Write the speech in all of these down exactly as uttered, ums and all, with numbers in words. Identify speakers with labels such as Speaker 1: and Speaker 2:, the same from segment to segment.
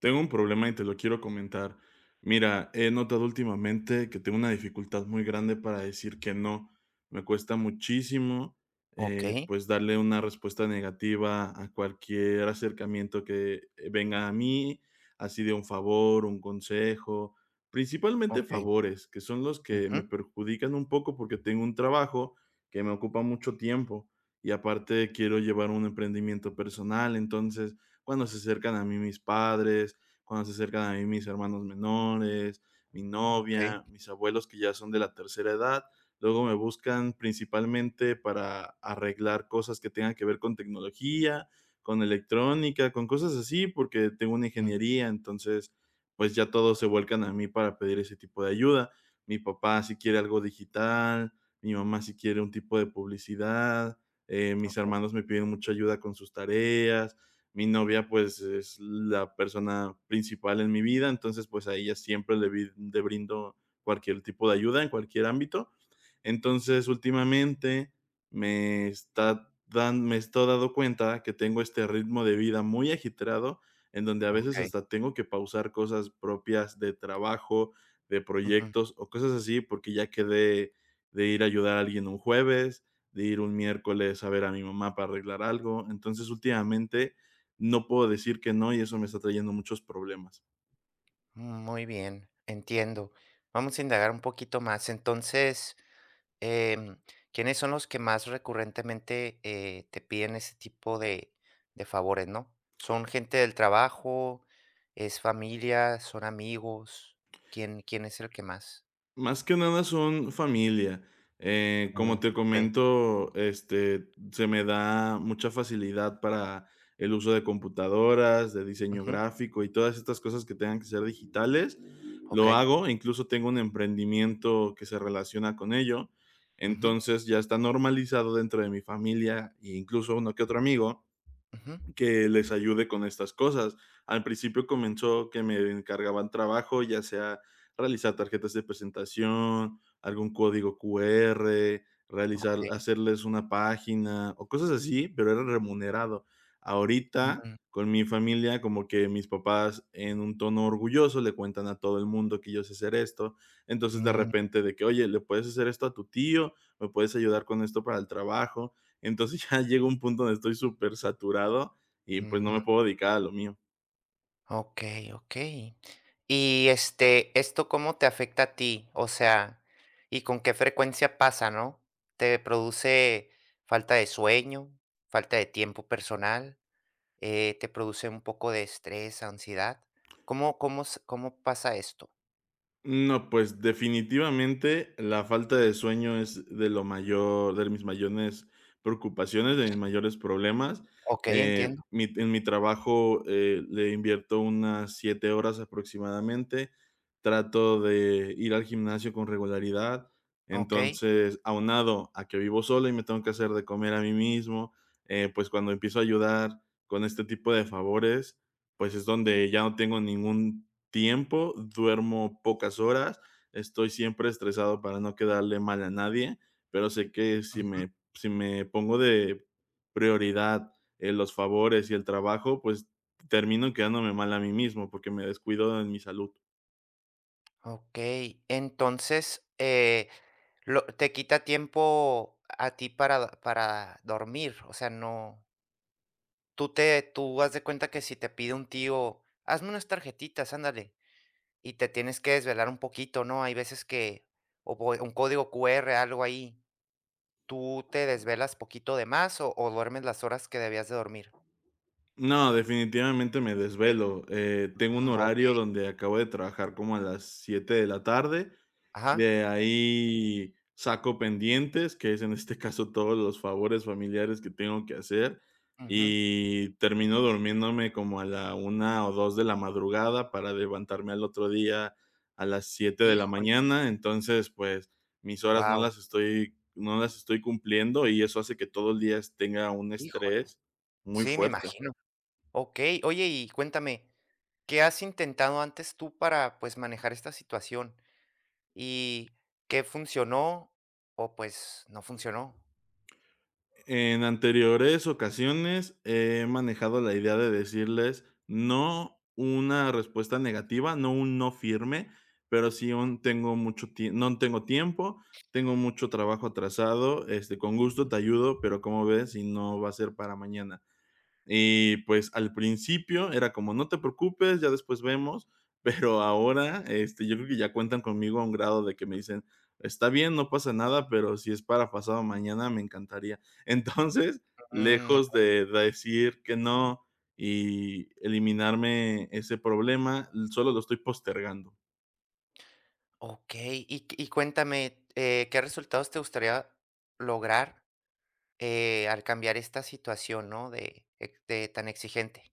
Speaker 1: Tengo un problema y te lo quiero comentar. Mira, he notado últimamente que tengo una dificultad muy grande para decir que no. Me cuesta muchísimo, eh,
Speaker 2: Okey,
Speaker 1: pues, darle una respuesta negativa a cualquier acercamiento que eh, venga a mí, así de un favor, un consejo, principalmente
Speaker 2: okey,
Speaker 1: favores, que son los que me
Speaker 2: ujú,
Speaker 1: perjudican un poco porque tengo un trabajo que me ocupa mucho tiempo y aparte quiero llevar un emprendimiento personal. Entonces cuando se acercan a mí mis padres, cuando se acercan a mí mis hermanos menores, mi
Speaker 2: okey,
Speaker 1: novia, mis abuelos que ya son de la tercera edad. Luego me buscan principalmente para arreglar cosas que tengan que ver con tecnología, con electrónica, con cosas así, porque tengo una
Speaker 2: ujú,
Speaker 1: ingeniería. Entonces pues ya todos se vuelcan a mí para pedir ese tipo de ayuda. Mi papá si quiere algo digital, mi mamá si quiere un tipo de publicidad, eh, mis
Speaker 2: okey,
Speaker 1: hermanos me piden mucha ayuda con sus tareas, mi novia pues es la persona principal en mi vida, entonces pues a ella siempre le, vi- le brindo cualquier tipo de ayuda en cualquier ámbito. Entonces últimamente me está dan, me estoy dando cuenta que tengo este ritmo de vida muy agitado en donde a veces
Speaker 2: okey,
Speaker 1: hasta tengo que pausar cosas propias de trabajo, de
Speaker 2: ujú,
Speaker 1: proyectos o cosas así porque ya quedé de ir a ayudar a alguien un jueves, de ir un miércoles a ver a mi mamá para arreglar algo. Entonces últimamente no puedo decir que no y eso me está trayendo muchos problemas.
Speaker 2: muy bien, entiendo. Vamos a indagar un poquito más. Entonces, em, ¿quiénes son los que más recurrentemente, eh, te piden ese tipo de de favores, no? ¿Son gente del trabajo? ¿Es familia? ¿Son amigos? ¿Quién quién es el que más?
Speaker 1: Más que nada son familia. Eh, como
Speaker 2: Mm,
Speaker 1: te
Speaker 2: okey,
Speaker 1: comento, este, se me da mucha facilidad para el uso de computadoras, de diseño
Speaker 2: ujú,
Speaker 1: gráfico y todas estas cosas que tengan que ser digitales. Lo
Speaker 2: okey,
Speaker 1: hago, incluso tengo un emprendimiento que se relaciona con ello.
Speaker 2: ujú,
Speaker 1: Entonces ya está normalizado dentro de mi familia e incluso uno que otro amigo
Speaker 2: ujú,
Speaker 1: que les ayude con estas cosas. Al principio comenzó que me encargaban trabajo, ya sea realizar tarjetas de presentación, algún código Q R, realizar,
Speaker 2: okey,
Speaker 1: hacerles una página o cosas así, pero era remunerado. Ahorita,
Speaker 2: mm,
Speaker 1: con mi familia, como que mis papás en un tono orgulloso le cuentan a todo el mundo que yo sé hacer esto. Entonces, de
Speaker 2: mm,
Speaker 1: repente, de que, oye, le puedes hacer esto a tu tío, me puedes ayudar con esto para el trabajo. Entonces ya llega un punto donde estoy súper saturado y pues no me puedo dedicar a lo mío.
Speaker 2: okey, okey. Y, este, ¿esto cómo te afecta a ti? O sea, ¿y con qué frecuencia pasa, no? ¿Te produce falta de sueño, falta de tiempo personal? Eh, ¿te produce un poco de estrés, ansiedad? ¿Cómo cómo s cómo pasa esto?
Speaker 1: No, pues definitivamente la falta de sueño es de lo mayor, de mis mayores preocupaciones, de mis mayores problemas.
Speaker 2: Okey,
Speaker 1: Eh,
Speaker 2: entiendo.
Speaker 1: mi- en mi trabajo, eh, le invierto unas siete horas aproximadamente. Trato de ir al gimnasio con regularidad.
Speaker 2: Okey.
Speaker 1: Entonces, aunado a que vivo solo y me tengo que hacer de comer a mí mismo, eh, pues cuando empiezo a ayudar con este tipo de favores, pues es donde ya no tengo ningún tiempo, duermo pocas horas, estoy siempre estresado para no quedarle mal a nadie, pero sé que si
Speaker 2: Ujú.
Speaker 1: me si me pongo de prioridad, eh, los favores y el trabajo, pues termino quedándome mal a mí mismo porque me descuido en mi salud.
Speaker 2: Okey. Entonces, eh, lo te quita tiempo a ti para para dormir, o sea, no. Tú te tú haz de cuenta que si te pide un tío: "Hazme unas tarjetitas, ándale", y te tienes que desvelar un poquito, ¿no? Hay veces que o por un código Q R, algo ahí, ¿tú te desvelas poquito de más o o duermes las horas que debías de dormir?
Speaker 1: No, definitivamente me desvelo, eh, tengo un
Speaker 2: Mm, okey.
Speaker 1: horario donde acabo de trabajar como a las siete de la tarde.
Speaker 2: Ajá.
Speaker 1: De ahí saco pendientes, que es en este caso todos los favores familiares que tengo que hacer,
Speaker 2: Ujú.
Speaker 1: y termino durmiéndome como a la una o dos de la madrugada para levantarme al otro día a las siete de la
Speaker 2: Híjole,
Speaker 1: mañana. Entonces, pues, mis horas no
Speaker 2: wow,
Speaker 1: las estoy no las estoy cumpliendo y eso hace que todo el día tenga un
Speaker 2: híjole.
Speaker 1: estrés muy
Speaker 2: Sí, me
Speaker 1: fuerte.
Speaker 2: imagino. Okey. Oye, y cuéntame, ¿qué has intentado antes tú para, pues, manejar esta situación? ¿Y qué funcionó o, pues, no funcionó?
Speaker 1: En anteriores ocasiones he manejado la idea de decirles no, una respuesta negativa, no un no firme, pero sí un tengo mucho tie- no tengo tiempo, tengo mucho trabajo atrasado, este, con gusto te ayudo, pero como ves, si no va a ser para mañana. Y pues al principio era como: "No te preocupes, ya después vemos", pero ahora, este, yo creo que ya cuentan conmigo a un grado de que me dicen: "Está bien, no pasa nada, pero si es para pasado mañana, me encantaría". Entonces,
Speaker 2: Mm,
Speaker 1: lejos
Speaker 2: ok.
Speaker 1: de decir que no y eliminarme ese problema, solo lo estoy postergando.
Speaker 2: Okey. Y y cuéntame, eh, ¿qué resultados te gustaría lograr, eh, al cambiar esta situación, no? De ex de tan exigente.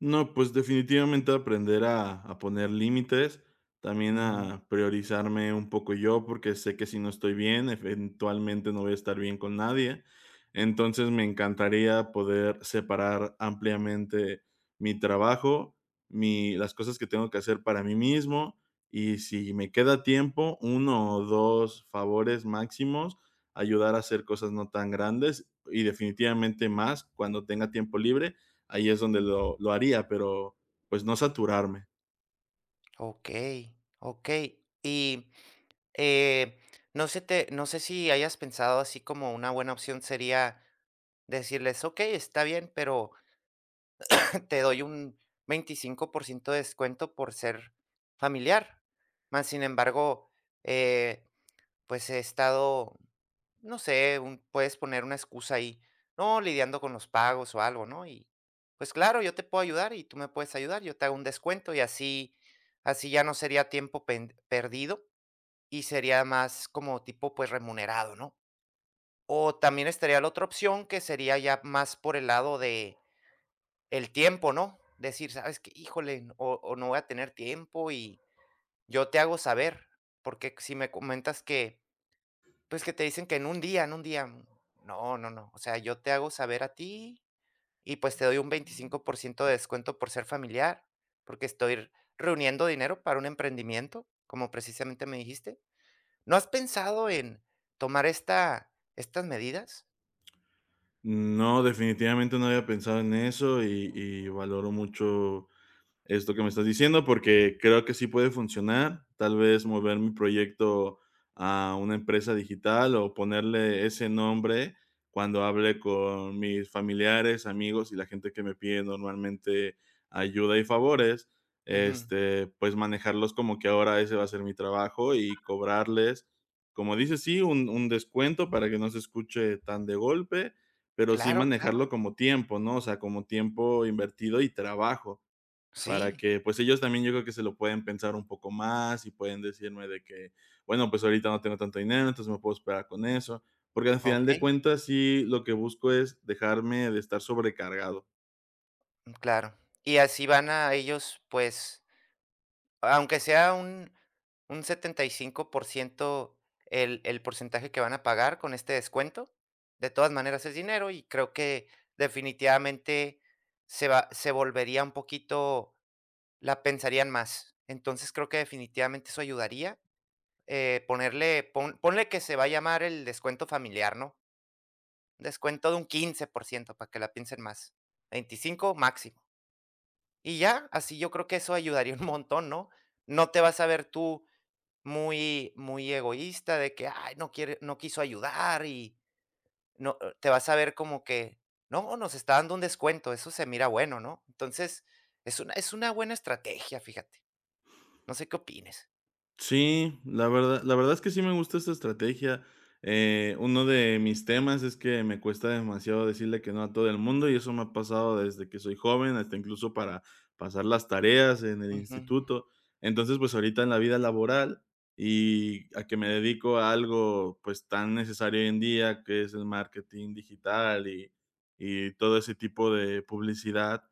Speaker 1: No, pues definitivamente aprender a a poner límites, también
Speaker 2: Mm,
Speaker 1: a priorizarme un poco yo, porque sé que si no estoy bien, eventualmente no voy a estar bien con nadie. Entonces, me encantaría poder separar ampliamente mi trabajo, mi las cosas que tengo que hacer para mí mismo, y si me queda tiempo, uno o dos favores máximos, ayudar a hacer cosas no tan grandes y definitivamente más cuando tenga tiempo libre, ahí es donde lo, lo haría, pero pues no saturarme.
Speaker 2: okey, okey. Y, eh, no sé te no sé si hayas pensado así como una buena opción sería decirles: "Okey, está bien, pero te doy un veinticinco por ciento de descuento por ser familiar". Más sin embargo, eh, pues he estado no sé, un- puedes poner una excusa ahí, no, lidiando con los pagos o algo, ¿no? Y pues claro, yo te puedo ayudar y tú me puedes ayudar, yo te hago un descuento y así, así ya no sería tiempo pen- perdido y sería más como tipo pues remunerado, ¿no? O también estaría la otra opción que sería ya más por el lado de el tiempo, ¿no? Decir, sabes que, híjole, no- o, o no voy a tener tiempo y yo te hago saber, porque si me comentas que pues que te dicen que en un día, en un día. mm, No, no, no. O sea, yo te hago saber a ti y pues te doy un veinticinco por ciento de descuento por ser familiar, porque estoy reuniendo dinero para un emprendimiento, como precisamente me dijiste. ¿No has pensado en tomar esta, estas medidas?
Speaker 1: No, definitivamente no había pensado en eso y, y valoro mucho esto que me estás diciendo porque creo que sí puede funcionar. Tal vez mover mi proyecto a una empresa digital o ponerle ese nombre cuando hable con mis familiares, amigos y la gente que me pide normalmente ayuda y favores,
Speaker 2: Ujú.
Speaker 1: este, pues manejarlos como que ahora ese va a ser mi trabajo y cobrarles, como dices, sí, un, un descuento para que no se escuche tan de golpe, pero sí
Speaker 2: Claro, claro.
Speaker 1: manejarlo como tiempo, ¿no? O sea, como tiempo invertido y trabajo. Para
Speaker 2: Sí,
Speaker 1: que, pues, ellos también yo creo que se lo pueden pensar un poco más y pueden decirme de que, bueno, pues, ahorita no tengo tanto dinero, entonces me puedo esperar con eso, porque al final
Speaker 2: ok,
Speaker 1: de cuentas sí lo que busco es dejarme de estar sobrecargado.
Speaker 2: claro. Y así van a ellos, pues, aunque sea un un setenta y cinco por ciento el el porcentaje que van a pagar con este descuento, de todas maneras es dinero y creo que definitivamente se va se volvería un poquito la pensarían más. Entonces, creo que definitivamente eso ayudaría, eh, ponerle pon ponle que se va a llamar el descuento familiar, ¿no? Descuento de un quince por ciento para que la piensen más. Veinticinco máximo. Y ya, así yo creo que eso ayudaría un montón, ¿no? No te vas a ver tú muy muy egoísta de que: "Ay, no quiere no quiso ayudar", y no, eh, te vas a ver como que: "No, nos está dando un descuento, eso se mira bueno", ¿no? Entonces, es una es una buena estrategia, fíjate. No sé qué opines.
Speaker 1: Sí, la verdad la verdad es que sí me gusta esta estrategia, eh, uno de mis temas es que me cuesta demasiado decirle que no a todo el mundo, y eso me ha pasado desde que soy joven, hasta incluso para pasar las tareas en el
Speaker 2: Ujú.
Speaker 1: instituto. Entonces, pues, ahorita en la vida laboral y a que me dedico a algo, pues, tan necesario hoy en día, que es el marketing digital y y todo ese tipo de publicidad,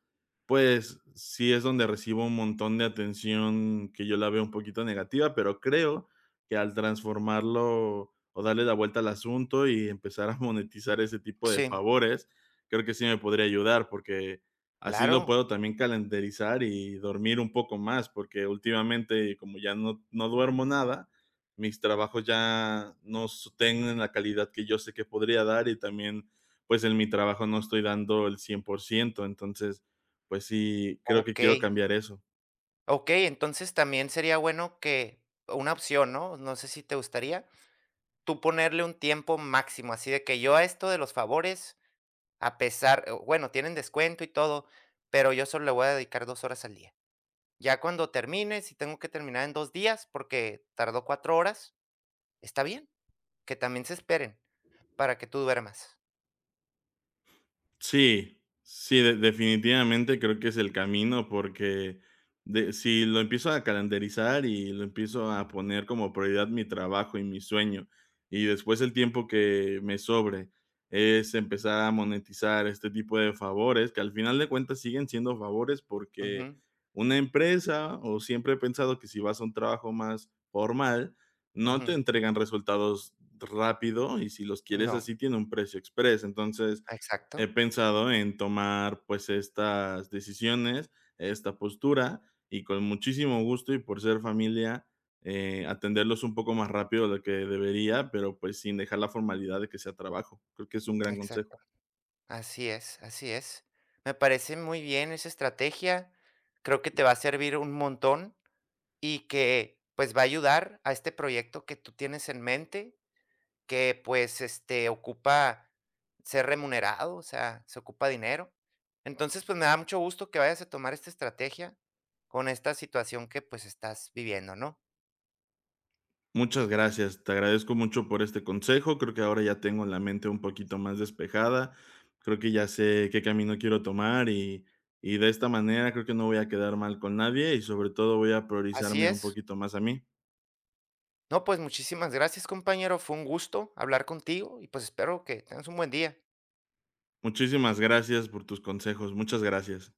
Speaker 1: pues, sí es donde recibo un montón de atención que yo la veo un poquito negativa, pero creo que al transformarlo o darle la vuelta al asunto y empezar a monetizar ese tipo de
Speaker 2: Sí,
Speaker 1: favores, creo que sí me podría ayudar, porque así lo
Speaker 2: claro.
Speaker 1: puedo también calendarizar y dormir un poco más, porque últimamente, como ya no no duermo nada, mis trabajos ya no s tienen la calidad que yo sé que podría dar y también, pues, en mi trabajo no estoy dando el cien por ciento. Entonces, pues sí, creo que quiero
Speaker 2: Okey.
Speaker 1: cambiar eso.
Speaker 2: Okey, entonces también sería bueno que una opción, ¿no? No sé si te gustaría, tú ponerle un tiempo máximo, así de que yo a esto de los favores, a pesar eh, bueno, tienen descuento y todo, pero yo solo le voy a dedicar dos horas al día. Ya cuando termine, si tengo que terminar en dos días porque tardó cuatro horas, está bien, que también se esperen para que tú duermas.
Speaker 1: Sí, sí, de definitivamente creo que es el camino porque de si lo empiezo a calendarizar y lo empiezo a poner como prioridad mi trabajo y mi sueño, y después el tiempo que me sobre es empezar a monetizar este tipo de favores, que al final de cuentas siguen siendo favores porque
Speaker 2: Ujú,
Speaker 1: una empresa, o siempre he pensado que si vas a un trabajo más formal, no te
Speaker 2: ujú.
Speaker 1: entregan resultados rápido y si los quieres
Speaker 2: No,
Speaker 1: así tiene un precio express. Entonces, he
Speaker 2: exacto,
Speaker 1: pensado en tomar pues estas decisiones, esta postura y con muchísimo gusto y por ser familia, eh, atenderlos un poco más rápido de lo que debería, pero pues sin dejar la formalidad de que sea trabajo. Creo que es un gran consejo.
Speaker 2: exacto. Así es, así es. Me parece muy bien esa estrategia. Creo que te va a servir un montón y que, pues, va a ayudar a este proyecto que tú tienes en mente. Que, pues, este, ocupa ser remunerado, o sea, se ocupa dinero. Entonces, pues, me da mucho gusto que vayas a tomar esta estrategia con esta situación que, pues, estás viviendo, ¿no?
Speaker 1: Muchas gracias, te agradezco mucho por este consejo, creo que ahora ya tengo la mente un poquito más despejada, creo que ya sé qué camino quiero tomar y, y de esta manera creo que no voy a quedar mal con nadie y sobre todo voy a
Speaker 2: Así
Speaker 1: priorizarme un
Speaker 2: es.
Speaker 1: poquito más a mí.
Speaker 2: No, pues, muchísimas gracias, compañero. Fue un gusto hablar contigo y, pues, espero que tengas un buen día.
Speaker 1: Muchísimas gracias por tus consejos. Muchas gracias.